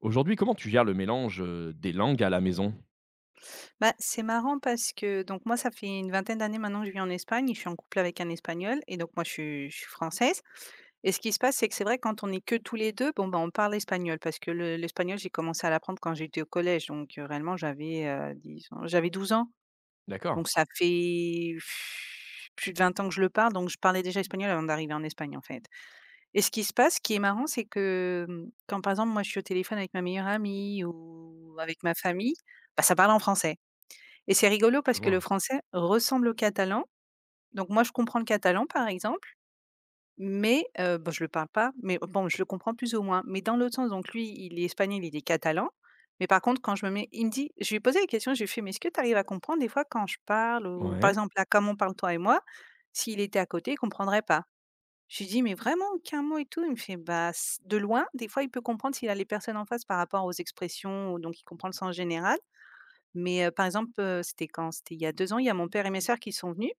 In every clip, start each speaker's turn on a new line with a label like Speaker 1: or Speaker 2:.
Speaker 1: Aujourd'hui, comment tu gères le mélange des langues à la maison?
Speaker 2: Bah, c'est marrant parce que donc moi, ça fait une vingtaine d'années maintenant que je vis en Espagne et je suis en couple avec un Espagnol et donc moi, je suis française. Et ce qui se passe, c'est que c'est vrai quand on est que tous les 2, bon, bah, on parle espagnol parce que le l'espagnol, j'ai commencé à l'apprendre quand j'étais au collège. Donc réellement j'avais, 10 ans, j'avais 12 ans.
Speaker 1: D'accord,
Speaker 2: Donc ça fait plus de 20 ans que je le parle, donc je parlais déjà espagnol avant d'arriver en Espagne, en fait. Et ce qui se passe, ce qui est marrant, c'est que, quand par exemple, moi, je suis au téléphone avec ma meilleure amie ou avec ma famille, bah, ça parle en français. Et c'est rigolo
Speaker 1: je
Speaker 2: parce que le
Speaker 1: vois.
Speaker 2: français ressemble au catalan. Donc moi, je comprends le catalan, par exemple, mais bon, je le parle pas, mais bon, je le comprends plus ou moins. Mais dans l'autre sens, donc lui, il est espagnol, il est catalan, mais par contre, quand je me mets il me dit je lui ai posé la question, je lui ai fait: «Mais est-ce que tu arrives à comprendre des fois quand je parle?» ou par
Speaker 1: Ouais.
Speaker 2: exemple, là, comme on parle toi et moi, s'il était à côté, il comprendrait pas. Je lui dis: «Mais vraiment aucun mot et tout?» Il me fait: «Bah, s de loin, des fois, il peut comprendre s'il a les personnes en face par rapport aux expressions, donc il comprend le sens général». Mais par exemple, c'était quand? C'était il y a 2 ans, il y a mon père et mes sœurs qui sont venus.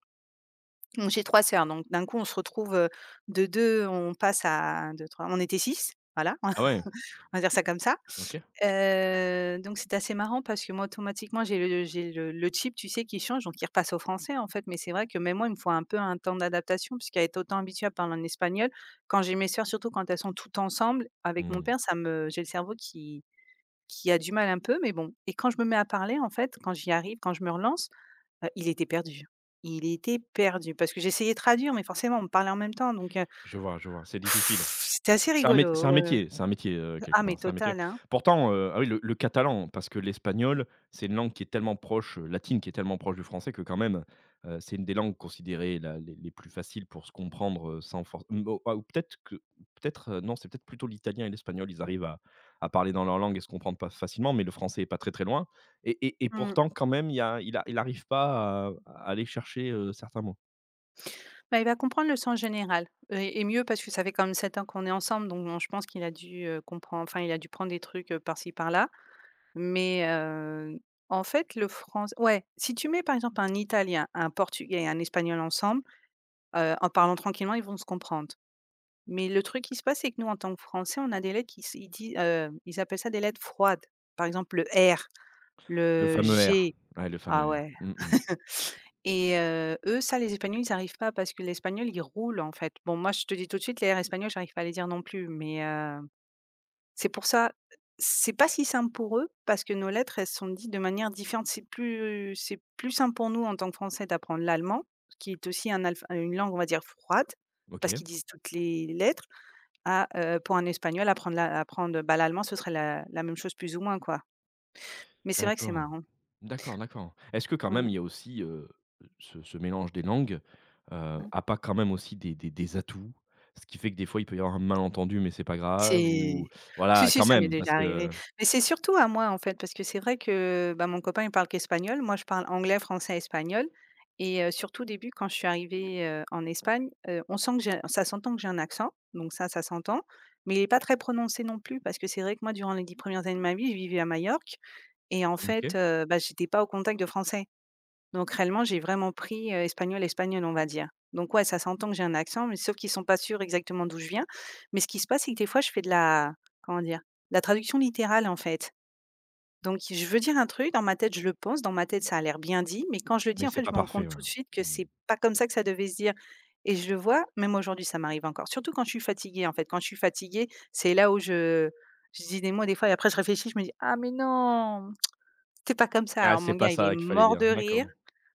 Speaker 2: Donc j'ai 3 sœurs, donc d'un coup on se retrouve, de 2, on passe à 1-2-3, on était 6, voilà,
Speaker 1: Ah ouais,
Speaker 2: on va dire ça comme ça.
Speaker 1: OK.
Speaker 2: Donc c'est assez marrant parce que moi automatiquement j'ai le chip, tu sais, qui change, donc il repasse au français en fait. Mais c'est vrai que même moi, il me faut un peu un temps d'adaptation puisqu'à être autant habituée à parler en espagnol, quand j'ai mes sœurs, surtout quand elles sont toutes ensemble, avec mon
Speaker 1: Mmh.
Speaker 2: père, ça me j'ai le cerveau qui a du mal un peu, mais bon. Et quand je me mets à parler en fait, quand j'y arrive, quand je me relance. Il était perdu. Il était perdu parce que j'essayais de traduire, mais forcément on me parlait en même temps donc
Speaker 1: Je vois, c'est difficile.
Speaker 2: c'était assez
Speaker 1: C'est un
Speaker 2: rigolo,
Speaker 1: métier c'est un métier, heu,
Speaker 2: ah
Speaker 1: quelque
Speaker 2: mais
Speaker 1: part, c'est un métier.
Speaker 2: total, hein.
Speaker 1: Pourtant ah oui, le catalan, parce que l'espagnol, c'est une langue qui est tellement proche latine, qui est tellement proche du français que quand même, c'est une des langues considérées la les plus faciles pour se comprendre sans force. Mmh, oh, ah, ou peut-être que peut-être, non, c'est peut-être plutôt l'italien et l'espagnol, ils arrivent à parler dans leur langue et se comprendre pas facilement, mais le français est pas très, très loin, et
Speaker 2: Mmh.
Speaker 1: pourtant quand même, il y a il arrive pas à aller chercher certains mots.
Speaker 2: Bah, il va comprendre le sens général et mieux parce que ça fait quand même 7 ans qu'on est ensemble donc bon, je pense qu'il a dû, comprend enfin il a dû prendre des trucs, par-ci par-là. Mais en fait le français ouais, si tu mets par exemple un italien, un portugais et un espagnol ensemble, en parlant tranquillement, ils vont se comprendre. Mais le truc qui se passe, c'est que nous, en tant que Français, on a des lettres qui s ils di ils appellent ça des lettres froides. Par exemple, le R,
Speaker 1: Le
Speaker 2: le
Speaker 1: fameux R,
Speaker 2: G.
Speaker 1: ouais, le
Speaker 2: Ah
Speaker 1: fameux R.
Speaker 2: ouais.
Speaker 1: Mmh mh.
Speaker 2: Et eux, ça, les Espagnols, ils n'arrivent pas parce que l'espagnol, il roule, en fait. Bon, moi, je te dis tout de suite, les R espagnols, j'arrive pas à les dire non plus, mais c'est pour ça, c'est pas si simple pour eux parce que nos lettres, elles sont dites de manière différente. C'est plus simple pour nous, en tant que Français, d'apprendre l'allemand, qui est aussi un alph une langue, on va dire, froide, parce
Speaker 1: OK,
Speaker 2: qu'ils disent toutes les lettres à, pour un espagnol apprendre l'a apprendre, bah, l'allemand, ce serait la même chose plus ou moins, quoi. Mais c'est vrai que c'est
Speaker 1: d'accord.
Speaker 2: marrant.
Speaker 1: D'accord, d'accord. Est-ce que quand
Speaker 2: Ouais,
Speaker 1: même
Speaker 2: ouais.
Speaker 1: il y a aussi ce mélange des langues a pas quand même aussi des atouts? Ce qui fait que des fois il peut y avoir un malentendu, mais c'est pas grave, ou
Speaker 2: C'est Si,
Speaker 1: voilà
Speaker 2: si,
Speaker 1: quand
Speaker 2: ça m'est
Speaker 1: même parce
Speaker 2: déjà arrivé.
Speaker 1: que,
Speaker 2: Mais c'est surtout à moi, en fait, parce que c'est vrai que, bah, mon copain, il parle qu'espagnol. Moi, je parle anglais, français, espagnol et surtout au début, quand je suis arrivée, en Espagne, on sent que j'ai ça s'entend que j'ai un accent, donc ça s'entend, mais il est pas très prononcé non plus parce que c'est vrai que moi, durant les 10 premières années de ma vie, je vivais à Majorque et en
Speaker 1: OK,
Speaker 2: fait, bah, j'étais pas au contact de Français. Donc réellement, j'ai vraiment pris, espagnol, espagnol, on va dire. Donc ouais, ça s'entend que j'ai un accent, mais sauf qu'ils sont pas sûrs exactement d'où je viens. Mais ce qui se passe, c'est que des fois, je fais de la comment dire? De la traduction littérale, en fait. Donc je veux dire un truc, dans ma tête, je le pense, dans ma tête, ça a l'air bien dit, mais quand je le
Speaker 1: mais
Speaker 2: dis, en
Speaker 1: c'est
Speaker 2: fait, je
Speaker 1: pas
Speaker 2: me rends
Speaker 1: parfait,
Speaker 2: compte tout
Speaker 1: ouais.
Speaker 2: de suite que
Speaker 1: Mmh.
Speaker 2: c'est pas comme ça que ça devait se dire. Et je le vois, même aujourd'hui, ça m'arrive encore, surtout quand je suis fatiguée, en fait. Quand je suis fatiguée, c'est là où je dis des mots, des fois et après je réfléchis, je me dis: «Ah mais non, c'est pas comme ça».
Speaker 1: Ah,
Speaker 2: Alors
Speaker 1: c'est
Speaker 2: mon
Speaker 1: pas
Speaker 2: gars, il est
Speaker 1: ça qu'il fallait
Speaker 2: mort
Speaker 1: dire.
Speaker 2: de rire.
Speaker 1: D'accord,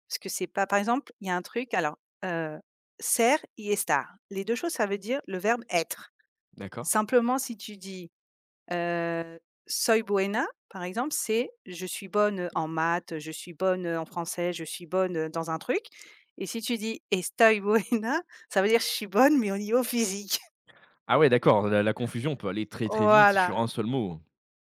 Speaker 2: Parce que c'est pas par exemple, il y a un truc alors, heu, ser y estar. Les 2 choses, ça veut dire le verbe être.
Speaker 1: d'accord.
Speaker 2: Simplement, si tu dis, heu, soy buena, par exemple, c'est: «Je suis bonne, en maths, je suis bonne, en français, je suis bonne, dans un truc» et si tu dis: «Estoy buena», ça veut dire: «Je suis bonne, mais au niveau physique».
Speaker 1: Ah ouais, d'accord, la confusion peut aller très, très vite
Speaker 2: Voilà.
Speaker 1: sur un seul mot.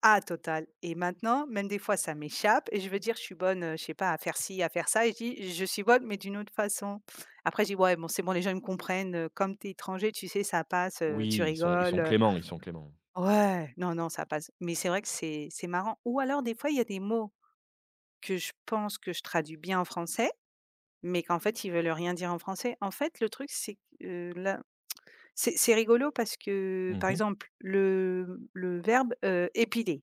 Speaker 2: Ah total et maintenant, même des fois ça m'échappe et je veux dire je suis bonne, je sais pas à faire ci, à faire ça et je dis: «Je suis bonne mais d'une autre façon». Après je dis: «Ouais bon c'est bon les gens ils me comprennent, comme t'es étranger tu sais ça passe, tu
Speaker 1: Oui, ils sont
Speaker 2: rigoles».
Speaker 1: cléments, ils sont cléments.
Speaker 2: «Ouais, non, non ça passe». Mais c'est vrai que c'est marrant ou alors des fois il y a des mots que je pense que je traduis bien en français, mais qu'en fait ils veulent rien dire en français. En fait le truc c'est que, là c'est rigolo parce que, par
Speaker 1: Mmh.
Speaker 2: exemple, le verbe, épiler.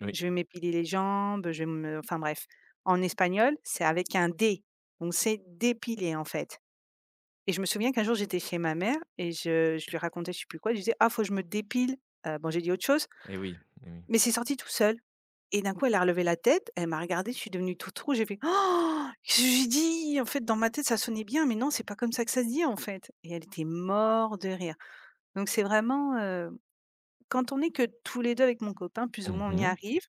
Speaker 1: Oui.
Speaker 2: Je vais m'épiler les jambes, je vais me enfin bref. En espagnol, c'est avec un D, donc c'est dépiler en fait. Et je me souviens qu'un jour j'étais chez ma mère et je lui racontais je sais plus quoi, je disais: «Ah faut que je me dépile», bon j'ai dit autre chose,
Speaker 1: Et oui, et oui.
Speaker 2: mais c'est sorti tout seul. Et d'un coup elle a relevé la tête, elle m'a regardée, je suis devenue toute rouge, j'ai fait: «Oh!» Qu'est-ce que j'ai dit? En fait dans ma tête ça sonnait bien, mais non c'est pas comme ça que ça se dit en fait et elle était morte de rire. Donc c'est vraiment, quand on est que tous les 2 avec mon copain plus ou moins on y
Speaker 1: Mmh.
Speaker 2: arrive.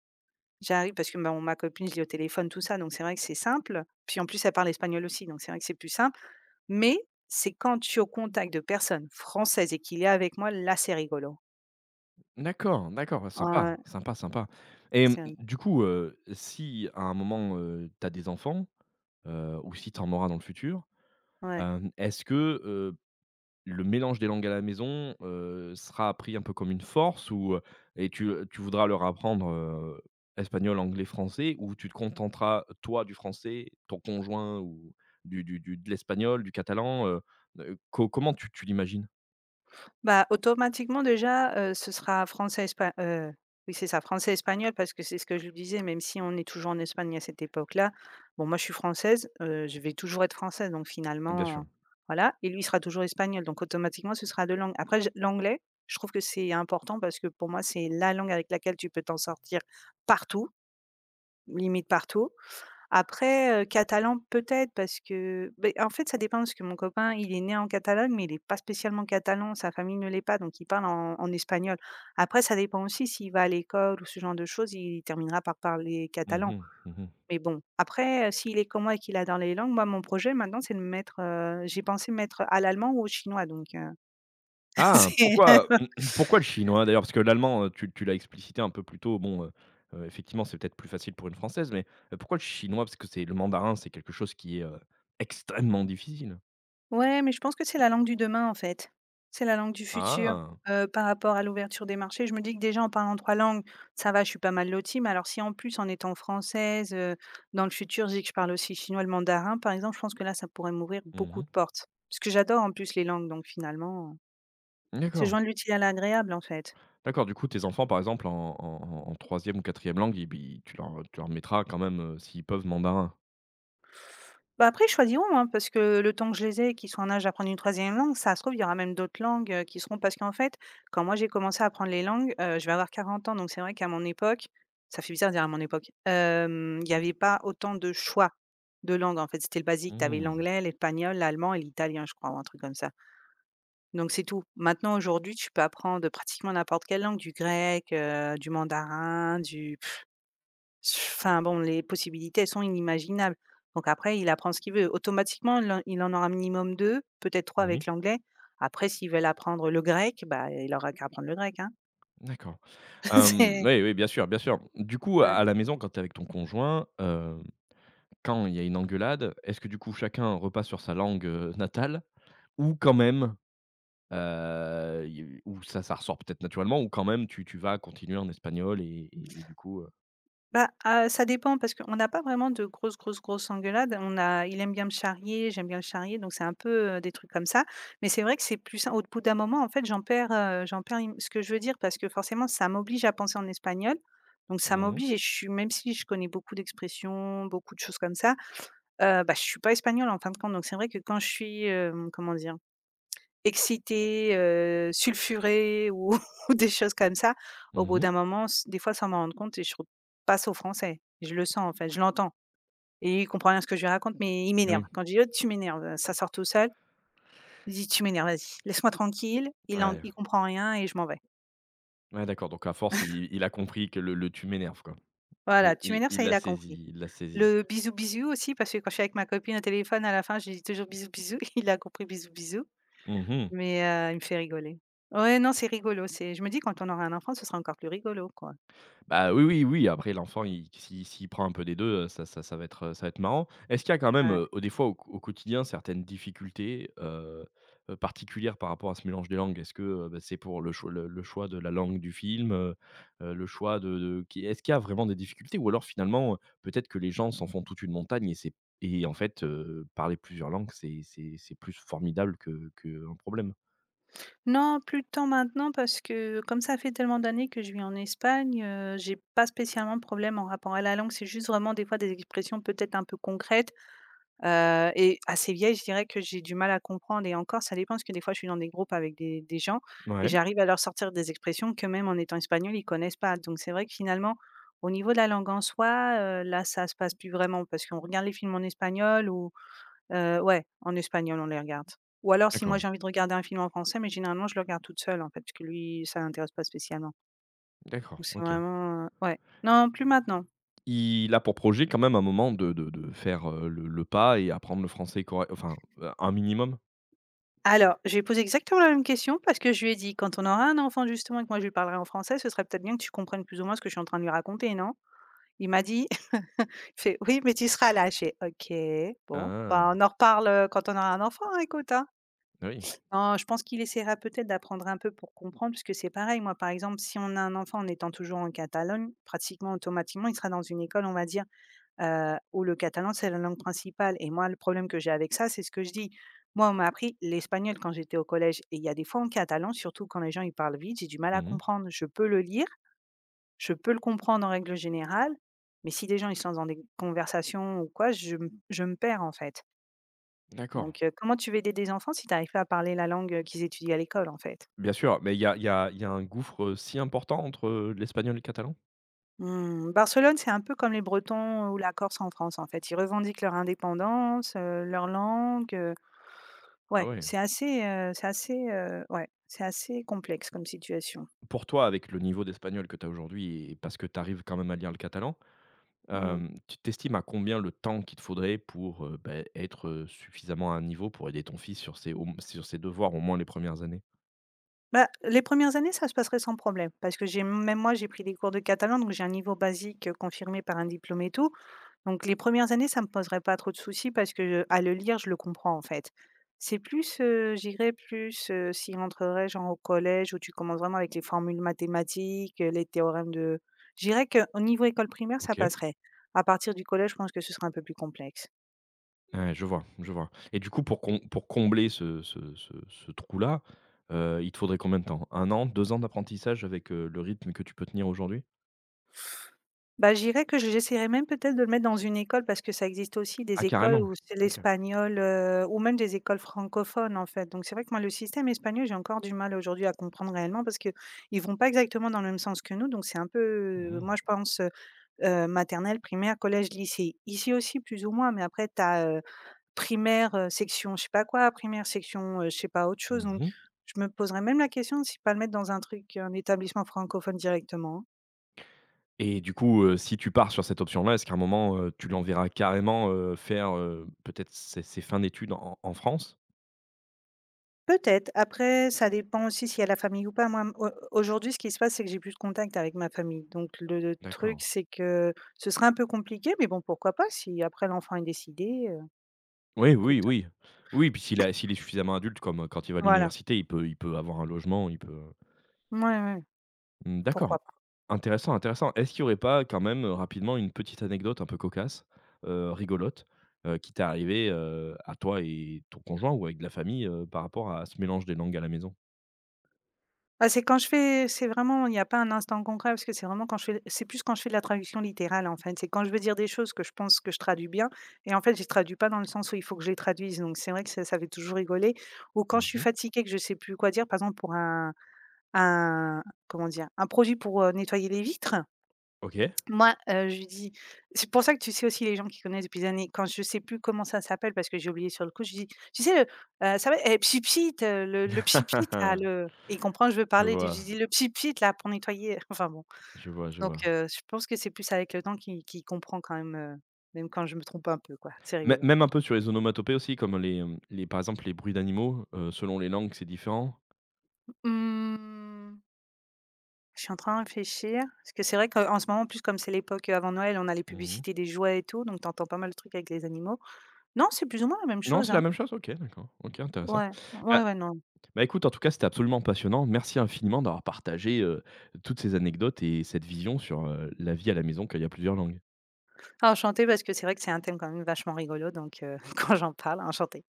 Speaker 2: J'arrive parce que, bah, ma copine, je l'ai au téléphone, tout ça, donc c'est vrai que c'est simple. Puis en plus, elle parle espagnol aussi, donc c'est vrai que c'est plus simple. Mais c'est quand je suis au contact de personnes françaises et qu'il est avec moi, là, c'est rigolo.
Speaker 1: D'accord, d'accord, sympa,
Speaker 2: Ouais,
Speaker 1: sympa, sympa, et
Speaker 2: c'est rigolo.
Speaker 1: du coup si à un moment tu as des enfants, ou si tu en auras dans le futur,
Speaker 2: Ouais.
Speaker 1: est-ce que le mélange des langues à la maison sera appris un peu comme une force, ou, et tu voudras leur apprendre espagnol, anglais, français, ou tu te contenteras, toi, du français, ton conjoint, ou du de l'espagnol, du catalan, co comment tu l'imagines?
Speaker 2: Bah, automatiquement déjà, ce sera français espa oui c'est ça, français espagnol parce que c'est ce que je lui disais, même si on est toujours en Espagne à cette époque-là, bon moi je suis française, je vais toujours être française donc
Speaker 1: Bien sûr.
Speaker 2: finalement, voilà. Et lui il sera toujours espagnol donc automatiquement ce sera 2 langues. Après j l'anglais, je trouve que c'est important parce que pour moi c'est la langue avec laquelle tu peux t'en sortir partout, limite partout. Après, catalan peut-être parce que beh, en fait, ça dépend parce que mon copain, il est né en Catalogne, mais il est pas spécialement catalan, sa famille ne l'est pas, donc il parle en espagnol. Après, ça dépend aussi s'il va à l'école ou ce genre de choses, il terminera par parler
Speaker 1: Mmh
Speaker 2: catalan.
Speaker 1: mh. Mmh.
Speaker 2: Mais bon, après, s'il est comme moi et qu'il adore les langues, moi, mon projet maintenant, c'est de me mettre, j'ai pensé me mettre à l'allemand ou au chinois donc
Speaker 1: Ah!
Speaker 2: c'est
Speaker 1: Pourquoi pourquoi le chinois d'ailleurs? Parce que l'allemand tu l'as explicité un peu plus tôt, bon, effectivement, c'est peut-être plus facile pour une française, mais pourquoi le chinois? Parce que c'est le mandarin, c'est quelque chose qui est extrêmement difficile.
Speaker 2: Ouais, mais je pense que c'est la langue du demain, en fait. C'est la langue du futur,
Speaker 1: Ah!
Speaker 2: par rapport à l'ouverture des marchés. Je me dis que déjà en parlant 3 langues, ça va, je suis pas mal lotie, mais alors si en plus en étant française, dans le futur, je dis que je parle aussi chinois, le mandarin par exemple, je pense que là, ça pourrait m'ouvrir beaucoup
Speaker 1: Mmh.
Speaker 2: de portes. Parce que j'adore en plus les langues donc finalement, c'est
Speaker 1: D'accord,
Speaker 2: joindre l'utile à l'agréable en fait.
Speaker 1: d'accord, du coup, tes enfants, par exemple, en en en ou quatrième langue, ils bi tu leur mettras quand même s'ils peuvent, mandarin?
Speaker 2: Bah, après, ils choisiront, hein, parce que le temps que je les ai et qu'ils soient en âge d'apprendre une troisième langue, ça se trouve, il y aura même d'autres langues, qui seront parce qu'en fait, quand moi j'ai commencé à apprendre les langues, je vais avoir 40 ans, donc c'est vrai qu'à mon époque, ça fait bizarre de dire à mon époque, il n'y avait pas autant de choix de langues, en fait. C'était le basique, tu avais
Speaker 1: Mmh.
Speaker 2: l'anglais, l'espagnol, l'allemand et l'italien, je crois, ou un truc comme ça. Donc c'est tout. Maintenant, aujourd'hui, tu peux apprendre pratiquement n'importe quelle langue, du grec, du mandarin, du enfin bon, les possibilités, elles sont inimaginables. Donc après, il apprend ce qu'il veut. Automatiquement, il en aura minimum 2, peut-être trois
Speaker 1: Oui,
Speaker 2: avec l'anglais. Après, s'ils veulent apprendre le grec, bah, il aura qu'à apprendre le grec, hein.
Speaker 1: d'accord.
Speaker 2: C'est
Speaker 1: Oui, oui, bien sûr, bien sûr. Du coup, à
Speaker 2: ouais.
Speaker 1: la maison, quand tu es avec ton conjoint, quand il y a une engueulade, est-ce que du coup chacun repasse sur sa langue natale, ou quand même, y ou ça ressort peut-être naturellement, ou quand même tu vas continuer en espagnol, et du coup.
Speaker 2: Bah, ça dépend parce qu'on n'a pas vraiment de grosses, grosses, grosses engueulades. On a il aime bien me charrier, j'aime bien le charrier, donc c'est un peu, des trucs comme ça. Mais c'est vrai que c'est plus sain. Au bout d'un moment, en fait, j'en perds im ce que je veux dire parce que forcément, ça m'oblige à penser en espagnol. Donc ça
Speaker 1: Mmh mh.
Speaker 2: m'oblige et je suis même si je connais beaucoup d'expressions, beaucoup de choses comme ça, bah, je suis pas espagnole en fin de compte. Donc c'est vrai que quand je suis, comment dire? Excitée, sulfurée ou ou des choses comme ça, au bout
Speaker 1: Mmh.
Speaker 2: d'un moment, s des fois, sans m'en rendre compte et je re passe au français. Je le sens, en fait, je l'entends et lui, il comprend rien à ce que je lui raconte, mais il m'énerve.
Speaker 1: Oui.
Speaker 2: Quand je dis: «Oh, tu m'énerves», ça sort tout seul. Je dis: «Tu m'énerves, vas-y, laisse-moi tranquille». Il en
Speaker 1: Ouais.
Speaker 2: il comprend rien et je m'en vais.
Speaker 1: Ouais, d'accord, donc à force il a compris que le «tu m'énerve», quoi.
Speaker 2: Voilà,
Speaker 1: Il
Speaker 2: «Tu
Speaker 1: il
Speaker 2: m'énerves»,
Speaker 1: il
Speaker 2: ça, il
Speaker 1: l'a
Speaker 2: a compris.
Speaker 1: saisi, il l'a saisi.
Speaker 2: Le bisou bisou aussi, parce que quand je suis avec ma copine au téléphone, à la fin, je lui dis toujours: bisou bisou. Il a compris: bisou bisou,
Speaker 1: Mmh.
Speaker 2: mais il me fait rigoler. Ouais, non, c'est rigolo, c'est je me dis quand on aura un enfant, ce sera encore plus rigolo, quoi.
Speaker 1: Bah, oui, oui, oui, après l'enfant, il s'il s'il prend un peu des deux, ça va être marrant. Est-ce qu'il y a quand même
Speaker 2: Ouais.
Speaker 1: des fois au quotidien certaines difficultés, particulières par rapport à ce mélange des langues? Est-ce que bah, c'est pour le choix de la langue du film, le choix de qui, est-ce qu'il y a vraiment des difficultés? Ou alors finalement peut-être que les gens s'en font toute une montagne, et c'est et en fait parler plusieurs langues, c'est plus formidable que qu'un problème?
Speaker 2: Non, plus de temps maintenant parce que comme ça fait tellement d'années que je vis en Espagne, j'ai pas spécialement de problème en rapport à la langue. C'est juste vraiment des fois des expressions peut-être un peu concrètes, et assez vieilles, je dirais, que j'ai du mal à comprendre et encore ça dépend parce que des fois je suis dans des groupes avec des gens et
Speaker 1: Ouais,
Speaker 2: j'arrive à leur sortir des expressions que même en étant espagnol, ils connaissent pas. Donc c'est vrai que finalement, au niveau de la langue en soi, là ça se passe plus vraiment parce qu'on regarde les films en espagnol ou ouais, en espagnol, on les regarde. Ou alors si moi
Speaker 1: d'accord,
Speaker 2: j'ai envie de regarder un film en français, mais généralement je le regarde toute seule en fait, parce que lui, ça l'intéresse pas spécialement.
Speaker 1: d'accord,
Speaker 2: Donc c'est
Speaker 1: OK.
Speaker 2: vraiment, ouais. Non, plus maintenant.
Speaker 1: Il a pour projet quand même, un moment, de faire le pas, et apprendre le français correct, enfin un minimum.
Speaker 2: Alors, je lui ai posé exactement la même question parce que je lui ai dit: «Quand on aura un enfant justement et que moi je lui parlerai en français, ce serait peut-être bien que tu comprennes plus ou moins ce que je suis en train de lui raconter, non?» Il m'a dit, il fait: «Oui, mais tu seras là». Je «OK, bon,
Speaker 1: Ah,
Speaker 2: bah, on en reparle, quand on aura un enfant, hein, écoute, hein».
Speaker 1: oui.
Speaker 2: Non, je pense qu'il essaiera peut-être d'apprendre un peu pour comprendre, puisque c'est pareil. Moi, par exemple, si on a un enfant en étant toujours en Catalogne, pratiquement automatiquement, il sera dans une école, on va dire, où le catalan, c'est la langue principale. Et moi, le problème que j'ai avec ça, c'est ce que je dis. Moi, on m'a appris l'espagnol quand j'étais au collège. Et il y a des fois en catalan, surtout quand les gens ils parlent vite, j'ai du mal à
Speaker 1: Mmh.
Speaker 2: comprendre. Je peux le lire, je peux le comprendre en règle générale, mais si des gens ils sont dans des conversations ou quoi, je me perds en fait.
Speaker 1: D'accord.
Speaker 2: Donc, comment tu veux aider des enfants si tu n'arrives pas à parler la langue qu'ils étudient à l'école en fait.
Speaker 1: Bien sûr, mais il y a il y a il y a un gouffre si important entre l'espagnol et le catalan?
Speaker 2: Mmh, Barcelone, c'est un peu comme les Bretons ou la Corse en France, en fait. Ils revendiquent leur indépendance, leur langue,
Speaker 1: Ah
Speaker 2: ouais,
Speaker 1: ouais.
Speaker 2: c'est assez, ouais, c'est assez complexe comme situation.
Speaker 1: Pour toi, avec le niveau d'espagnol que tu as aujourd'hui, et parce que tu arrives quand même à lire le catalan,
Speaker 2: Mmh.
Speaker 1: tu t'estimes à combien le temps qu'il te faudrait pour beh, être suffisamment à un niveau pour aider ton fils sur ses devoirs, au moins les premières années?
Speaker 2: Bah, les premières années, ça se passerait sans problème parce que j'ai même moi, j'ai pris des cours de catalan, donc j'ai un niveau basique, confirmé par un diplôme et tout. Donc les premières années, ça me poserait pas trop de soucis parce que, à le lire, je le comprends, en fait. C'est plus, je plus, s'il rentrerait genre au collège où tu commences vraiment avec les formules mathématiques, les théorèmes de j'irais qu'au niveau école primaire, ça
Speaker 1: OK.
Speaker 2: passerait. À partir du collège, je pense que ce serait un peu plus complexe.
Speaker 1: Ouais, je vois, je vois, et du coup, pour combler ce trou-là il te faudrait combien de temps? Un an, 2 ans d'apprentissage avec le rythme que tu peux tenir aujourd'hui?
Speaker 2: Bah, je dirais que je j'essaierais même peut-être de le mettre dans une école parce que ça existe aussi
Speaker 1: Ah,
Speaker 2: des écoles
Speaker 1: carrément?
Speaker 2: où c'est
Speaker 1: OK.
Speaker 2: l'espagnol, ou même des écoles francophones, en fait. Donc c'est vrai que moi, le système espagnol, j'ai encore du mal aujourd'hui à comprendre réellement parce que ils vont pas exactement dans le même sens que nous. Donc c'est un peu,
Speaker 1: Mmh.
Speaker 2: moi, je pense, maternelle, primaire, collège, lycée. Ici aussi, plus ou moins, mais après tu as, primaire, section je sais pas quoi, primaire, section, je sais pas autre chose. Donc
Speaker 1: Mmh,
Speaker 2: je me poserais même la question de si pas le mettre dans un truc, un établissement francophone directement, hein.
Speaker 1: et du coup si tu pars sur cette option-là, est-ce qu'à un moment tu l'enverras carrément faire peut-être ses fins d'études en France?
Speaker 2: Peut-être. Après, ça dépend aussi s'il y a la famille ou pas. Moi, au aujourd'hui, ce qui se passe, c'est que j'ai plus de contact avec ma famille. Donc le truc,
Speaker 1: D'accord.
Speaker 2: c'est que ce serait un peu compliqué, mais bon, pourquoi pas si après l'enfant est décidé,
Speaker 1: Oui, oui,
Speaker 2: écoute,
Speaker 1: oui. Oui, puis s'il est suffisamment adulte, comme quand il va à
Speaker 2: voilà.
Speaker 1: l'université, il peut avoir un logement, il peut.
Speaker 2: Ouais, ouais,
Speaker 1: Mmh, d'accord.
Speaker 2: pourquoi pas.
Speaker 1: Intéressant, intéressant. Est-ce qu'il n'y aurait pas quand même rapidement une petite anecdote un peu cocasse rigolote qui t'est arrivée à toi et ton conjoint, ou avec de la famille par rapport à ce mélange des langues à la maison?
Speaker 2: Ah, c'est quand je fais c'est vraiment il n'y a pas un instant concret parce que c'est vraiment quand je fais de la traduction littérale, en fait. C'est quand je veux dire des choses que je pense que je traduis bien et en fait, je les traduis pas dans le sens où il faut que je les traduise. Donc c'est vrai que ça fait toujours rigoler ou quand je suis
Speaker 1: Mmh.
Speaker 2: fatiguée, que je sais plus quoi dire, par exemple pour un comment dire? Un produit pour, nettoyer les vitres.
Speaker 1: OK.
Speaker 2: Moi, je lui dis c'est pour ça que tu sais aussi les gens qui connaissent depuis des années, quand je sais plus comment ça s'appelle parce que j'ai oublié sur le coup, je dis: «Tu sais le, ça va, eh, pchipchit, le pchipchit là, le» et il comprend, je veux
Speaker 1: Je
Speaker 2: parler de
Speaker 1: vois,
Speaker 2: j'ai dit: «Le pchipchit là pour nettoyer» enfin bon.
Speaker 1: je vois, je
Speaker 2: Donc
Speaker 1: vois.
Speaker 2: je pense que c'est plus avec le temps qu'il comprend quand même, même quand je me trompe un peu quoi, c'est
Speaker 1: Mê
Speaker 2: rigolo.
Speaker 1: Même un peu sur les onomatopées aussi comme les, hem, les par exemple les bruits d'animaux selon les langues, c'est différent?
Speaker 2: Mmh. Je suis en train de réfléchir, parce que c'est vrai qu'en ce moment, en plus, comme c'est l'époque avant Noël, on a les
Speaker 1: Mmh.
Speaker 2: publicités des jouets et tout, donc t'entends pas mal de trucs avec les animaux. Non, c'est plus ou moins la même
Speaker 1: Non,
Speaker 2: chose,
Speaker 1: c'est la
Speaker 2: hein.
Speaker 1: même chose? OK, d'accord. OK, intéressant.
Speaker 2: Ouais,
Speaker 1: Bah
Speaker 2: ouais, ouais, non.
Speaker 1: Bah, écoute, en tout cas, c'était absolument passionnant. Merci infiniment d'avoir partagé toutes ces anecdotes et cette vision sur la vie à la maison quand il y a plusieurs langues.
Speaker 2: Ah, enchantée parce que c'est vrai que c'est un thème quand même vachement rigolo, donc quand j'en parle, enchantée.